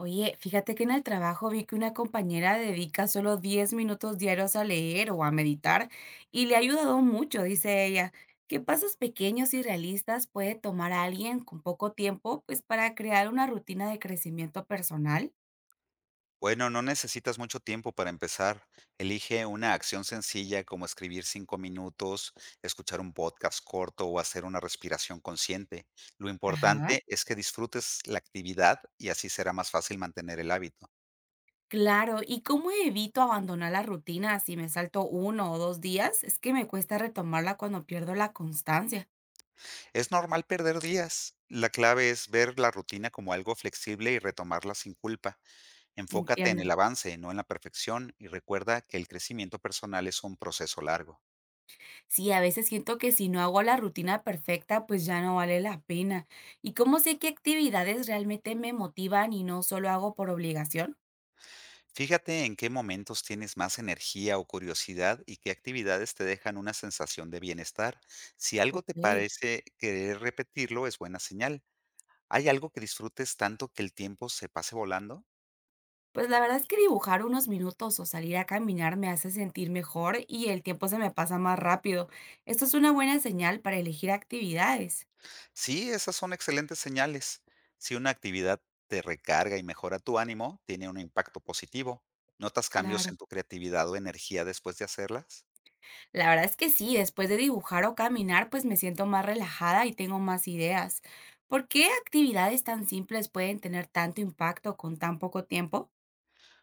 Oye, fíjate que en el trabajo vi que una compañera dedica solo 10 minutos diarios a leer o a meditar y le ha ayudado mucho, dice ella. ¿Qué pasos pequeños y realistas puede tomar a alguien con poco tiempo, pues para crear una rutina de crecimiento personal? Bueno, no necesitas mucho tiempo para empezar. Elige una acción sencilla como escribir 5 minutos, escuchar un podcast corto o hacer una respiración consciente. Lo Ajá. importante es que disfrutes la actividad y así será más fácil mantener el hábito. Claro, ¿y cómo evito abandonar la rutina si me salto uno o dos días? Es que me cuesta retomarla cuando pierdo la constancia. Es normal perder días. La clave es ver la rutina como algo flexible y retomarla sin culpa. Enfócate en el Entiendo. avance, no en la perfección, y recuerda que el crecimiento personal es un proceso largo. Sí, a veces siento que si no hago la rutina perfecta, pues ya no vale la pena. ¿Y cómo sé qué actividades realmente me motivan y no solo hago por obligación? Fíjate en qué momentos tienes más energía o curiosidad y qué actividades te dejan una sensación de bienestar. Si algo te Ok. parece querer repetirlo, es buena señal. ¿Hay algo que disfrutes tanto que el tiempo se pase volando? Pues la verdad es que dibujar unos minutos o salir a caminar me hace sentir mejor y el tiempo se me pasa más rápido. Esto es una buena señal para elegir actividades. Sí, esas son excelentes señales. Si una actividad te recarga y mejora tu ánimo, tiene un impacto positivo. ¿Notas cambios Claro. en tu creatividad o energía después de hacerlas? La verdad es que sí, después de dibujar o caminar, pues me siento más relajada y tengo más ideas. ¿Por qué actividades tan simples pueden tener tanto impacto con tan poco tiempo?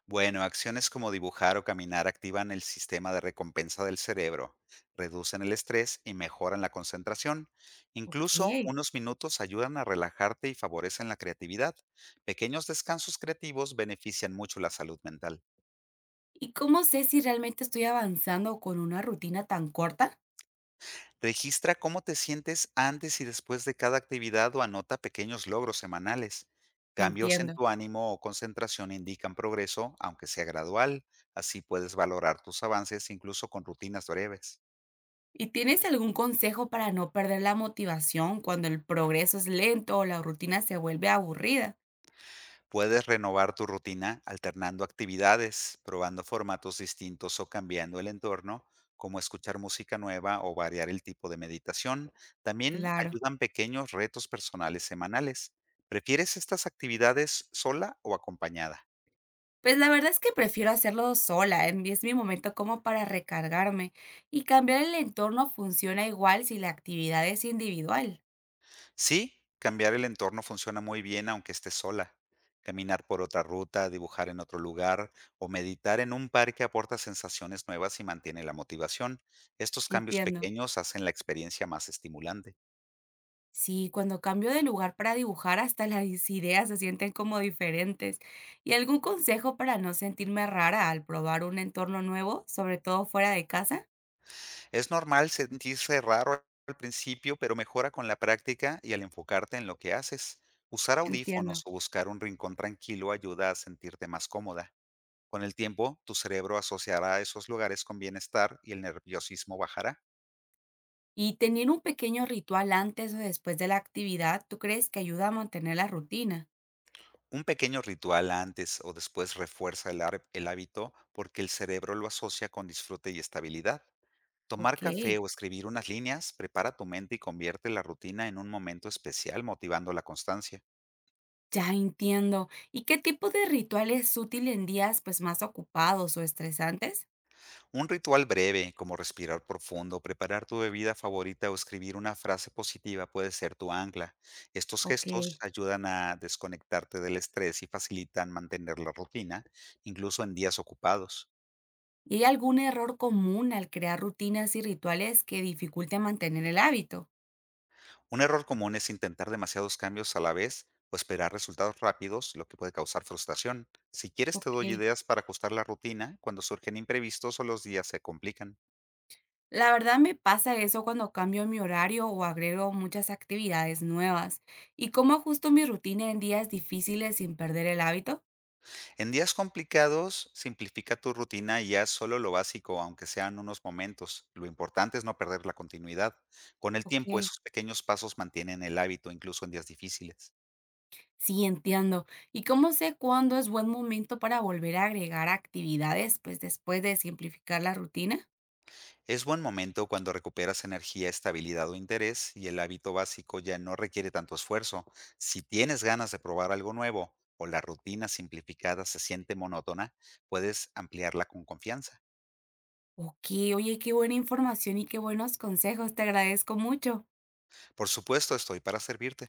Bueno, acciones como dibujar o caminar activan el sistema de recompensa del cerebro, reducen el estrés y mejoran la concentración. Incluso Okey. unos minutos ayudan a relajarte y favorecen la creatividad. Pequeños descansos creativos benefician mucho la salud mental. ¿Y cómo sé si realmente estoy avanzando con una rutina tan corta? Registra cómo te sientes antes y después de cada actividad o anota pequeños logros semanales. Cambios en Entiendo. tu ánimo o concentración indican progreso, aunque sea gradual. Así puedes valorar tus avances incluso con rutinas breves. ¿Y tienes algún consejo para no perder la motivación cuando el progreso es lento o la rutina se vuelve aburrida? Puedes renovar tu rutina alternando actividades, probando formatos distintos o cambiando el entorno, como escuchar música nueva o variar el tipo de meditación. También Claro. ayudan pequeños retos personales semanales. ¿Prefieres estas actividades sola o acompañada? Pues la verdad es que prefiero hacerlo sola, en es mi momento como para recargarme, y cambiar el entorno funciona igual si la actividad es individual. Sí, cambiar el entorno funciona muy bien aunque estés sola. Caminar por otra ruta, dibujar en otro lugar o meditar en un parque aporta sensaciones nuevas y mantiene la motivación. Estos cambios Entiendo. pequeños hacen la experiencia más estimulante. Sí, cuando cambio de lugar para dibujar, hasta las ideas se sienten como diferentes. ¿Y algún consejo para no sentirme rara al probar un entorno nuevo, sobre todo fuera de casa? Es normal sentirse raro al principio, pero mejora con la práctica y al enfocarte en lo que haces. Usar Entiendo. audífonos o buscar un rincón tranquilo ayuda a sentirte más cómoda. Con el tiempo, tu cerebro asociará esos lugares con bienestar y el nerviosismo bajará. ¿Y tener un pequeño ritual antes o después de la actividad, tú crees que ayuda a mantener la rutina? Un pequeño ritual antes o después refuerza el hábito porque el cerebro lo asocia con disfrute y estabilidad. Tomar Ok, café o escribir unas líneas prepara tu mente y convierte la rutina en un momento especial, motivando la constancia. ya entiendo. ¿Y qué tipo de ritual es útil en días pues más ocupados o estresantes? Un ritual breve, como respirar profundo, preparar tu bebida favorita o escribir una frase positiva puede ser tu ancla. Estos Ok. gestos ayudan a desconectarte del estrés y facilitan mantener la rutina, incluso en días ocupados. ¿Y hay algún error común al crear rutinas y rituales que dificulte mantener el hábito? Un error común es intentar demasiados cambios a la vez o esperar resultados rápidos, lo que puede causar frustración. Si quieres, te doy Ok. ideas para ajustar la rutina cuando surgen imprevistos o los días se complican. La verdad me pasa eso cuando cambio mi horario o agrego muchas actividades nuevas. ¿Y cómo ajusto mi rutina en días difíciles sin perder el hábito? En días complicados, simplifica tu rutina y haz solo lo básico, aunque sean unos momentos. Lo importante es no perder la continuidad. Con el Ok. tiempo, esos pequeños pasos mantienen el hábito, incluso en días difíciles. Sí, entiendo. ¿Y cómo sé cuándo es buen momento para volver a agregar actividades, pues, después de simplificar la rutina? Es buen momento cuando recuperas energía, estabilidad o interés y el hábito básico ya no requiere tanto esfuerzo. Si tienes ganas de probar algo nuevo o la rutina simplificada se siente monótona, puedes ampliarla con confianza. Ok. Oye, qué buena información y qué buenos consejos, te agradezco mucho. Por supuesto, estoy para servirte.